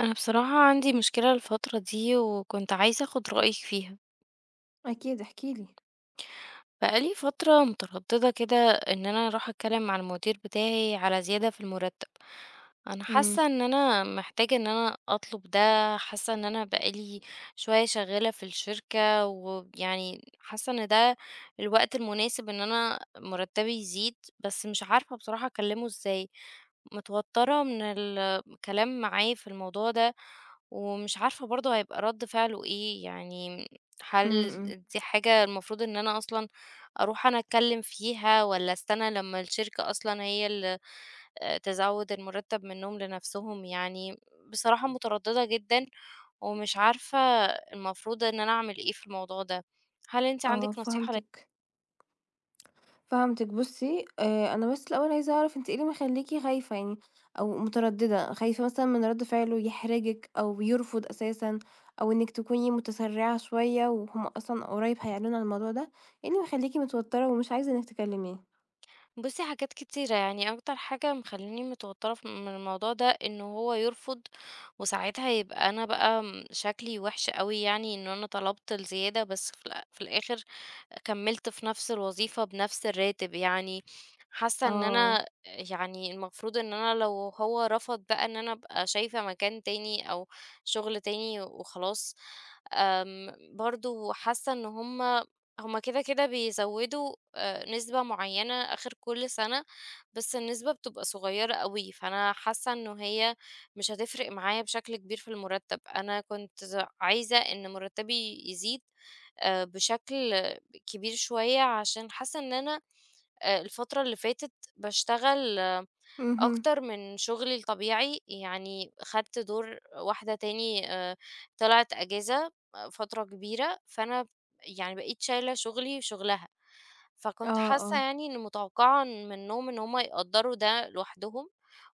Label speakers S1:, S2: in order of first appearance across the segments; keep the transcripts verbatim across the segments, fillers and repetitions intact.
S1: أنا بصراحة عندي مشكلة الفترة دي وكنت عايزة أخد رأيك فيها.
S2: أكيد احكِ لي.
S1: بقالي فترة مترددة كده إن أنا أروح أتكلم مع المدير بتاعي على زيادة في المرتب. أنا
S2: إمم،
S1: حاسة إن أنا محتاجة إن أنا أطلب ده، حاسة إن أنا بقالي شوية شغالة في الشركة، ويعني حاسة إن ده الوقت المناسب إن أنا مرتبي يزيد، بس مش عارفة بصراحة أكلمه إزاي. متوترة من الكلام معاه في الموضوع ده، ومش عارفة برضه هيبقى رد فعله إيه يعني.
S2: إمم،
S1: هل
S2: إمم.
S1: دي حاجة المفروض إن أنا أصلا أروح أنا أتكلم فيها، ولا أستنى لما الشركة أصلا هي اللي آه، تزود المرتب منهم لنفسهم يعني؟ بصراحة مترددة جدا، ومش عارفة المفروض إن أنا أعمل إيه في الموضوع ده. هل أنت
S2: آه
S1: عندك نصيحة؟
S2: فهمتِك، فهمتِك. بُصّي، آآ أنا بس الأول عايزة أعرف أنتِ إيه اللي مخلّيكِ خايفة يعني أو مترددة، خايفة مثلًا من رَد فعله يحرجِك أو يرفض أساسًا أو إنِّك تكوني متسرّعة شوية وهُم أصلًا قريب هيعلنوا عن الموضوع ده، إيه اللي مخلّيكِ متوتّرة ومش عايزة إنِّك تكلّميه؟
S1: بُصّي حاجات كتيرة، يعني أكتر حاجة مخلّياني متوتّرة ف من الموضوع ده إن هو يرفض، وساعتها يبقى أنا بقى م شكلي وِحِش أوي يعني، إن أنا طلبت الزيادة بس في الأ في الآخر كمّلت في نفس الوظيفة بنفس الراتب يعني. حاسة إن
S2: آه،
S1: أنا يعني المفروض إن أنا لو هو رفض بقى إن أنا أبقى شايفة مكان تاني أو شغل تاني وخلاص. آمم، برضه حاسة إن هُم هُم كده، كده بيزوّدوا آآ، نسبة معيّنة آخر كل سنة، بس النسبة بتبقى صغيّرة أوي، فأنا حاسة إنه هي مش هتفرق معايا بشكل كبير في المُرتّب. أنا كنت ز عايزة إن مُرتّبي يزيد آآ، بشكل كبير شوية، عشان حاسة إن أنا آآ، الفترة اللي فاتت باشتغل
S2: اهم،
S1: أكتر من شغلي الطبيعي. يعني خدت دور واحدة تاني، آآ طلعت أجازة فترة كبيرة، فأنا يعني بقيت شايلة شغلي وشغلها، فكنت
S2: آه،
S1: حاسة
S2: آه.
S1: يعني إن متوقعة منّهم إن هُم يقدّروا ده لوحدهم،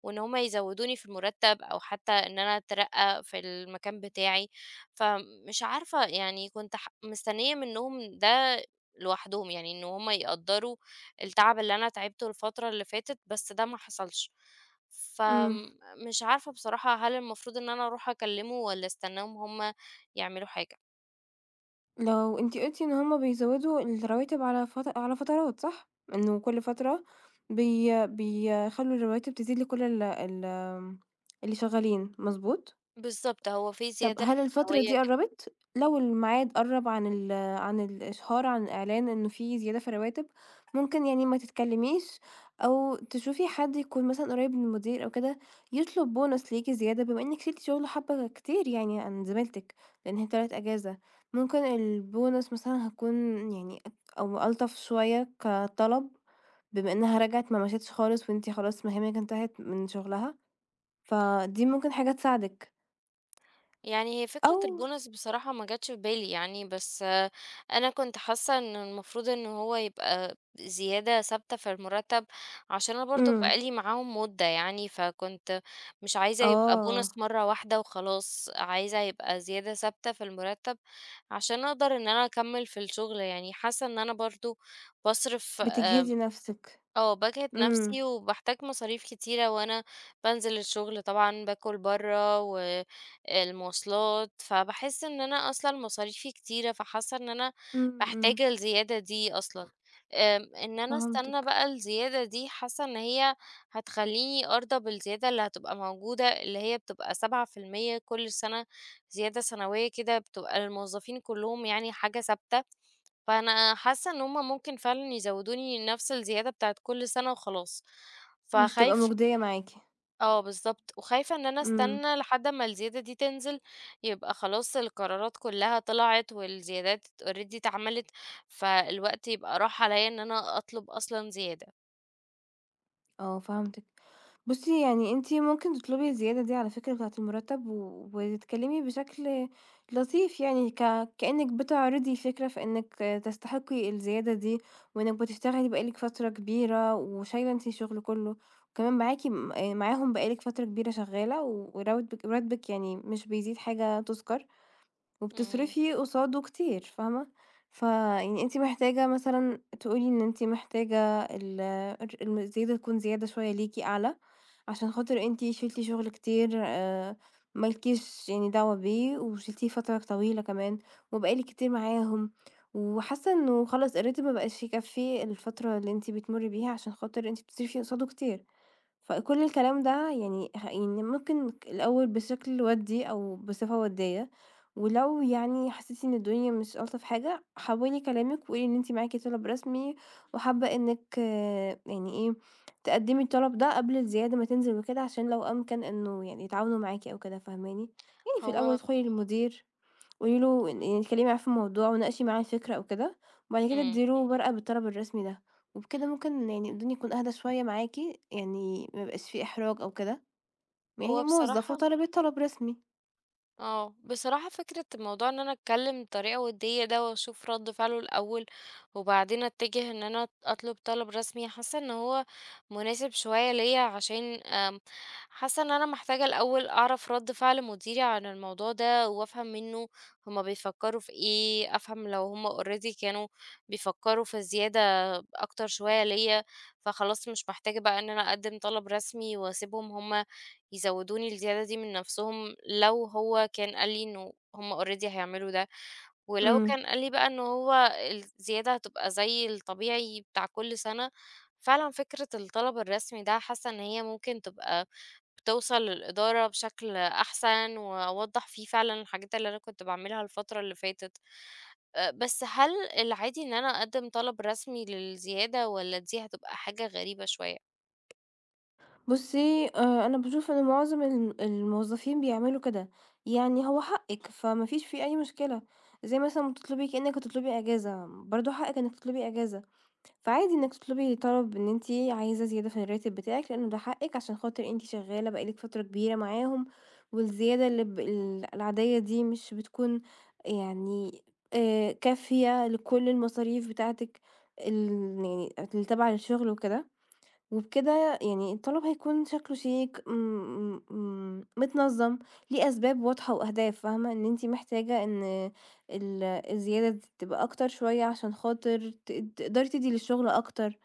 S1: وإن هُم يزوّدوني في المرتب، أو حتى إن أنا أترقى في المكان بتاعي. فمش عارفة يعني، كنت ح مستنية منّهم ده لوحدهم، يعني إن هُم يقدّروا التعب اللي أنا تعبته الفترة اللي فاتت، بس ده ما حصلش.
S2: إمم.
S1: فمش عارفة بصراحة هل المفروض إن أنا أروح أكلمه، والّا أستناهم هم يعملوا حاجة؟
S2: لو أنتِ قُلتِ إن هُم بيزوّدوا الرواتب على فت على فترات صح؟ إنه كل فترة بي بيخلّوا الرواتب تزيد لكل ال ال آمم، اللي شغّالين، مضبوط؟
S1: بالضبط، هو في
S2: طب
S1: زيادة
S2: هل الفترة
S1: معنوية.
S2: دي قرّبت؟ لو الميعاد قرّب عن ال عن الإشهار، عن الإعلان إنه في زيادة في الرواتب، ممكن يعني ما تتكلميش أو تشوفي حد يكون مثلًا قريب من المدير أو كده، يطلب bonus ليكِ زيادة بما إنِّك شِلتِ شغل حبّة كتير يعني عن زميلتِك، لإن هي طلعت أجازة، ممكن الbonus مثلًا هتكون يعني أت أو ألطف شوية كطلب، بما إنها رجعت ما مشيتش خالص وأنتِ خلاص مهامِك انتهت من شغلها، فدي ممكن حاجة تساعدِك
S1: يعني هي فكرة
S2: أو
S1: البونص بصراحة ما جاتش في بالي يعني، بس آه، أنا كنت حاسة إن المفروض إن هو يبقى زيادة ثابتة في المرتب، عشان أنا برضو
S2: إمم.
S1: بقالي معاهم مدة يعني. فكنت مش عايزة يبقى بونص
S2: آه،
S1: مرة واحدة وخلاص، عايزة يبقى زيادة ثابتة في المرتب عشان أقدر إن أنا أكمل في الشغل. يعني حاسة إن أنا برضو بصرف آه،
S2: بتجهدي نفسِك،
S1: آه، باجهد
S2: إمم،
S1: نفسي وباحتاج مصاريف كتيرة، وأنا بانزل الشغل طبعًا باكل برّه والمواصلات، فباحس إن أنا أصلًا مصاريفي كتيرة، فحاسة إن أنا
S2: إمم، إمم،
S1: محتاجة الزيادة دي أصلًا. آمم، إن أنا أستنى
S2: فهمتِك،
S1: بقى الزيادة دي، حاسة إن هي هتخلّيني أرضى بالزيادة اللي هتبقى موجودة، اللي هي بتبقى سبعة في المية كل سنة، زيادة سنوية كده بتبقى للموظفين كلّهم، يعني حاجة ثابتة. فأنا حاسة إن هُم ممكن فعلًا يزوّدوني نفس الزيادة بتاعة كل سنة وخلاص.
S2: مش هتبقى
S1: فخايف
S2: مجدية معاكِ،
S1: آه بالضبط، وخايفة إن أنا
S2: إمم،
S1: أستنى لحد أمّا الزيادة دي تنزل، يبقى خلاص القرارات كلّها طلعت والزيادات already اتعملت، فالوقت يبقى راح عليَّ إن أنا أطلب أصلًا زيادة.
S2: آه فهمتِك. بُصّي يعني أنتِ ممكن تطلبي الزيادة دي على فكرة بتاعة المرتب و وتتكلمي بشكل لطيف يعني ك كأنِك بتعرضي فكرة في إنِك تستحقي الزيادة دي، وإنِك بتشتغلي بقى لِك فترة كبيرة وشايلة أنتِ الشغل كله، وكمان معاكِ م معاهم بقى لِك فترة كبيرة شغالة و وراوتبك راتبِك يعني مش بيزيد حاجة تُذكر.
S1: إمم،
S2: وبتصرفي قصاده كتير، فاهمة؟ فيعني أنتِ محتاجة مثلًا تقولي إن أنتِ محتاجة ال الر الم الزيادة تكون زيادة شوية ليكِ أعلى، عشان خاطر أنتِ شِلتِ شغل كتير آآ، ما لكيش يعني دعوة بيه، وشِلتيه فترة طويلة كمان، وبقى لِك كتير معاهم، وحاسة إنه خلاص الراتب ما بقاش يكفّي الفترة اللي أنتِ بتمُرّي بيها، عشان خاطر أنتِ بتصرفي قصاده كتير. فكل الكلام ده يعني ه يعني ممكن ك الأول بشكل وَدّي أو بصفة وَدّية، ولو يعني حسيتِ إن الدنيا مش ألطف حاجة، حوّلي كلامِك وقولي إن أنتِ معاكِ طلب رسمي وحابة إنِّك آه، يعني إيه، تقدّمي الطلب ده قبل الزيادة ما تنزل وكده، عشان لو أمكن إنه يعني يتعاونوا معاكِ أو كده، فاهماني؟ يعني في الأول
S1: هو
S2: ادخلي للمدير قولي له إن
S1: إمم،
S2: يعني اتكلمي معاه في الموضوع وناقشي معاه الفكرة أو كده، وبعد كده
S1: إمم،
S2: ادّي له ورقة بالطلب الرسمي ده، وبكده ممكن يعني الدنيا تكون أهدى شوية معاكِ، يعني ما يبقاش في إحراج أو كده، يعني
S1: هو
S2: موظفة
S1: بصراحة،
S2: طلبِت طلب رسمي.
S1: اه بصراحة فكرة الموضوع ان انا اتكلم بطريقة ودية ده واشوف رد فعله الاول، وبعدين اتجه ان انا اطلب طلب رسمي، حاسة ان هو مناسب شوية ليا، عشان ام، حاسة ان انا محتاجة الاول اعرف رد فعل مديري عن الموضوع ده، وافهم منه هما بيفكروا في ايه. افهم لو هما اوريدي كانوا بيفكروا في زيادة اكتر شوية ليا، فخلاص مش محتاجة بقى ان انا اقدم طلب رسمي، واسيبهم هما يزودوني الزيادة دي من نفسهم، لو هو كان قال لي إنه هم already هيعملوا ده. ولو
S2: إمم،
S1: كان قال لي بقى إن هو الزيادة هتبقى زي الطبيعي بتاع كل سنة، فعلًا فكرة الطلب الرسمي ده حاسة إن هي ممكن تبقى توصل للإدارة بشكل أحسن، وأوضّح فيه فعلًا الحاجات اللي أنا كنت باعملها الفترة اللي فاتت. آآ، بس هل العادي إن أنا أقدّم طلب رسمي للزيادة، والّا دي هتبقى حاجة غريبة شوية؟
S2: بُصّي آآ، أنا باشوف إن معظم ال الموظفين بيعملوا كده، يعني هو حقِك فما فيش فيه أي مشكلة، زي مثلًا ما تطلبي كأنِك هتطلبي إجازة، برضه حقِك إنِك تطلبي إجازة. فعادي إنِّك تطلبي طلب إن أنتِ عايزة زيادة في الراتب بتاعِك، لإنه ده حقِّك عشان خاطر أنتِ شغّالة بقى لِك فترة كبيرة معاهم، والزيادة اللي ب ال العادية دي مش بتكون يعني آآ كافية لكل المصاريف بتاعتِك ال يعني اللي تابعة للشغل وكده. وبكده يعني الطلب هيكون شكله شيك م م م متنظّم، ليه أسباب واضحة وأهداف، فاهمة؟ إن أنتِ محتاجة إن ال الزيادة دي تبقى أكتر شوية عشان خاطر ت تقدري تدّي للشغل أكتر،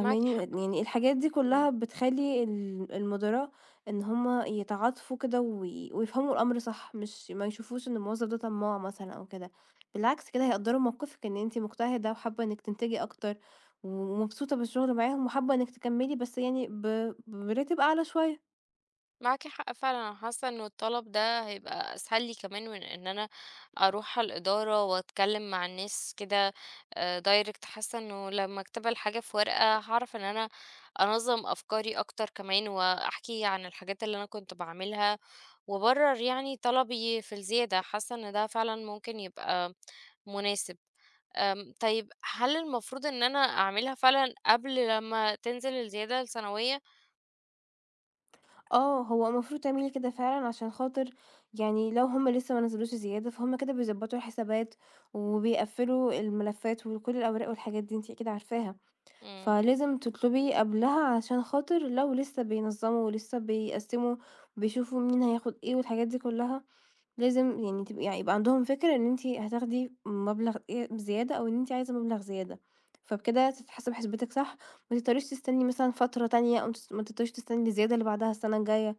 S1: معاكِ حق.
S2: يعني الحاجات دي كلّها بتخلّي ال المُدراء إن هم يتعاطفوا كده وي ويفهموا الأمر صح، مش ما يشوفوش إن الموظف ده طماع مثلًا أو كده، بالعكس كده هيقدّروا موقفِك إن أنتِ مجتهدة وحابة إنِّك تنتجي أكتر، ومبسوطة بالشغل معاهم وحابة إنِّك تكمّلي بس يعني ب براتب أعلى شوية.
S1: معاكِ حق فعلًا، أنا حاسة إنه الطلب ده هيبقى أسهل لي كمان من إن أنا أروح على الإدارة وأتكلم مع الناس كده آآ direct. حاسة إنه لمّا أكتبها الحاجة في ورقة، هاعرف إن أنا أنظّم أفكاري أكتر كمان، وأحكي عن الحاجات اللي أنا كنت باعملها، وأبرر يعني طلبي في الزيادة. حاسة إن ده فعلًا ممكن يبقى مناسب. آمم، طيب هل المفروض إن أنا أعملها فعلًا قبل لمّا تنزل الزيادة السنوية؟
S2: آه، هو المفروض تعملي كده فعلًا عشان خاطر يعني لو هم لسه ما نزّلوش زيادة، فهُم كده بيضبّطوا الحسابات وبيقفّلوا الملفات وكل الأوراق والحاجات دي، أنتِ أكيد عارفاها.
S1: إمم.
S2: فلازم تطلبي قبلها عشان خاطر لو لسه بينظموا ولسه بيقسموا وبيشوفوا مين هياخد إيه والحاجات دي كلها، لازم يعني تبقي يعني يبقى عندهم فكرة إن أنتِ هتاخدي مبلغ إيه زيادة أو إن أنتِ عايزة مبلغ زيادة، فبكده تتحسب حسبتِك صح، ما تضطريش تستني مثلًا فترة تانية أو تس ما تضطريش تستني الزيادة اللي بعدها السنة الجاية،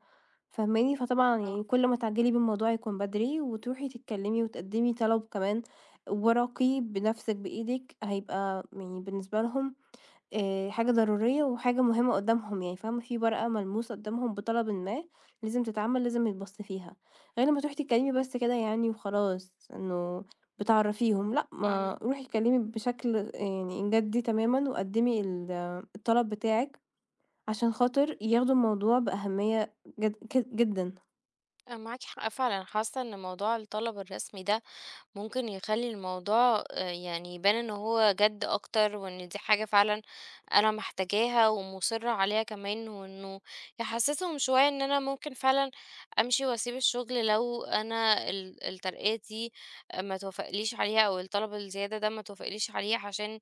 S2: فاهماني؟ فطبعًا
S1: آه.
S2: يعني كل ما تعجلي بالموضوع يكون بدري، وتروحي تتكلمي وتقدمي طلب كمان ورقي بنفسِك بإيدِك هيبقى يعني بالنسبة لهم آآ حاجة ضرورية وحاجة مهمة قدّامهم يعني فاهمة، في ورقة ملموسة قدّامهم بطلب ما لازم تتعمل، لازم يتبَص فيها، غير لمّا تروحي تتكلمي بس كده يعني وخلاص، إنه بتعرّفيهم، لأ
S1: إمم.
S2: ما روحي اتكلمي بشكل يعني جدّي تمامًا وقدّمي ال الطلب بتاعِك عشان خاطر ياخدوا الموضوع بأهمية جد ك جدًا.
S1: آه، معاك حق فعلا. حاسة ان موضوع الطلب الرسمي ده ممكن يخلي الموضوع آه، يعني يبان ان هو جد اكتر، وان دي حاجة فعلا انا محتاجاها ومصرة عليها كمان، وانه يحسسهم شوية ان انا ممكن فعلا امشي واسيب الشغل، لو انا ال- الترقية دي آه، ما توافقليش عليها، او الطلب الزيادة ده ما توافقليش عليه، عشان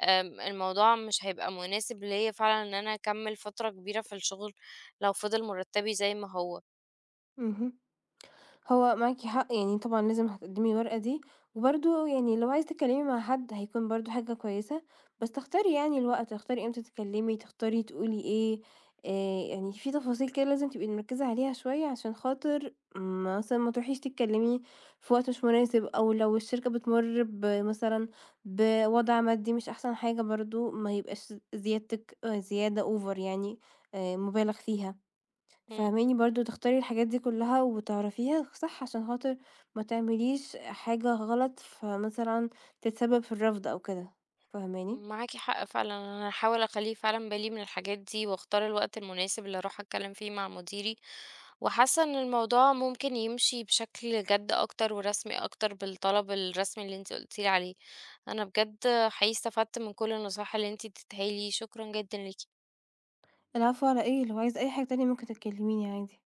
S1: آم، الموضوع مش هيبقى مناسب ليا فعلا، ان انا اكمل فترة كبيرة في الشغل لو فضل مرتبي زي ما هو.
S2: اهم. هو معاكِ حق، يعني طبعًا لازم هتقدّمي الورقة دي، وبرضه يعني لو عايزة تتكلّمي مع حد هيكون برضه حاجة كويسة، بس تختاري يعني الوقت، تختاري إمتى تتكلّمي، تختاري تقولي إيه، آآ يعني في تفاصيل كده لازم تبقي مركّزة عليها شوية عشان خاطر م- مثلًا ما تروحيش تتكلّمي في وقت مش مناسب، أو لو الشركة بتمُر ب مثلًا بوضع مادي مش أحسن حاجة برضه ما يبقاش زيادتِك آه، زيادة over يعني آآ مُبالغ فيها. فاهماني، برضه تختاري الحاجات دي كلّها وتعرفيها صح، عشان خاطر ما تعمليش حاجة غلط، فمثلًا تتسبب في الرفض أو كده، فاهماني؟
S1: معاكِ حق فعلًا، أنا هاحاول أخلّيه فعلًا بالي من الحاجات دي، واختار الوقت المناسب اللي أروح أتكلم فيه مع مديري، وحاسة إن الموضوع ممكن يمشي بشكل جَد أكتر ورسمي أكتر بالطلب الرسمي اللي أنتِ قلتِ لي عليه. أنا بجد حقيقي استفدت من كل النصايح اللي أنتِ اديتيها لي، شكرًا جدًا ليكِ.
S2: العفو على إيه، لو عايزة أي حاجة تانية ممكن تكلميني عادي.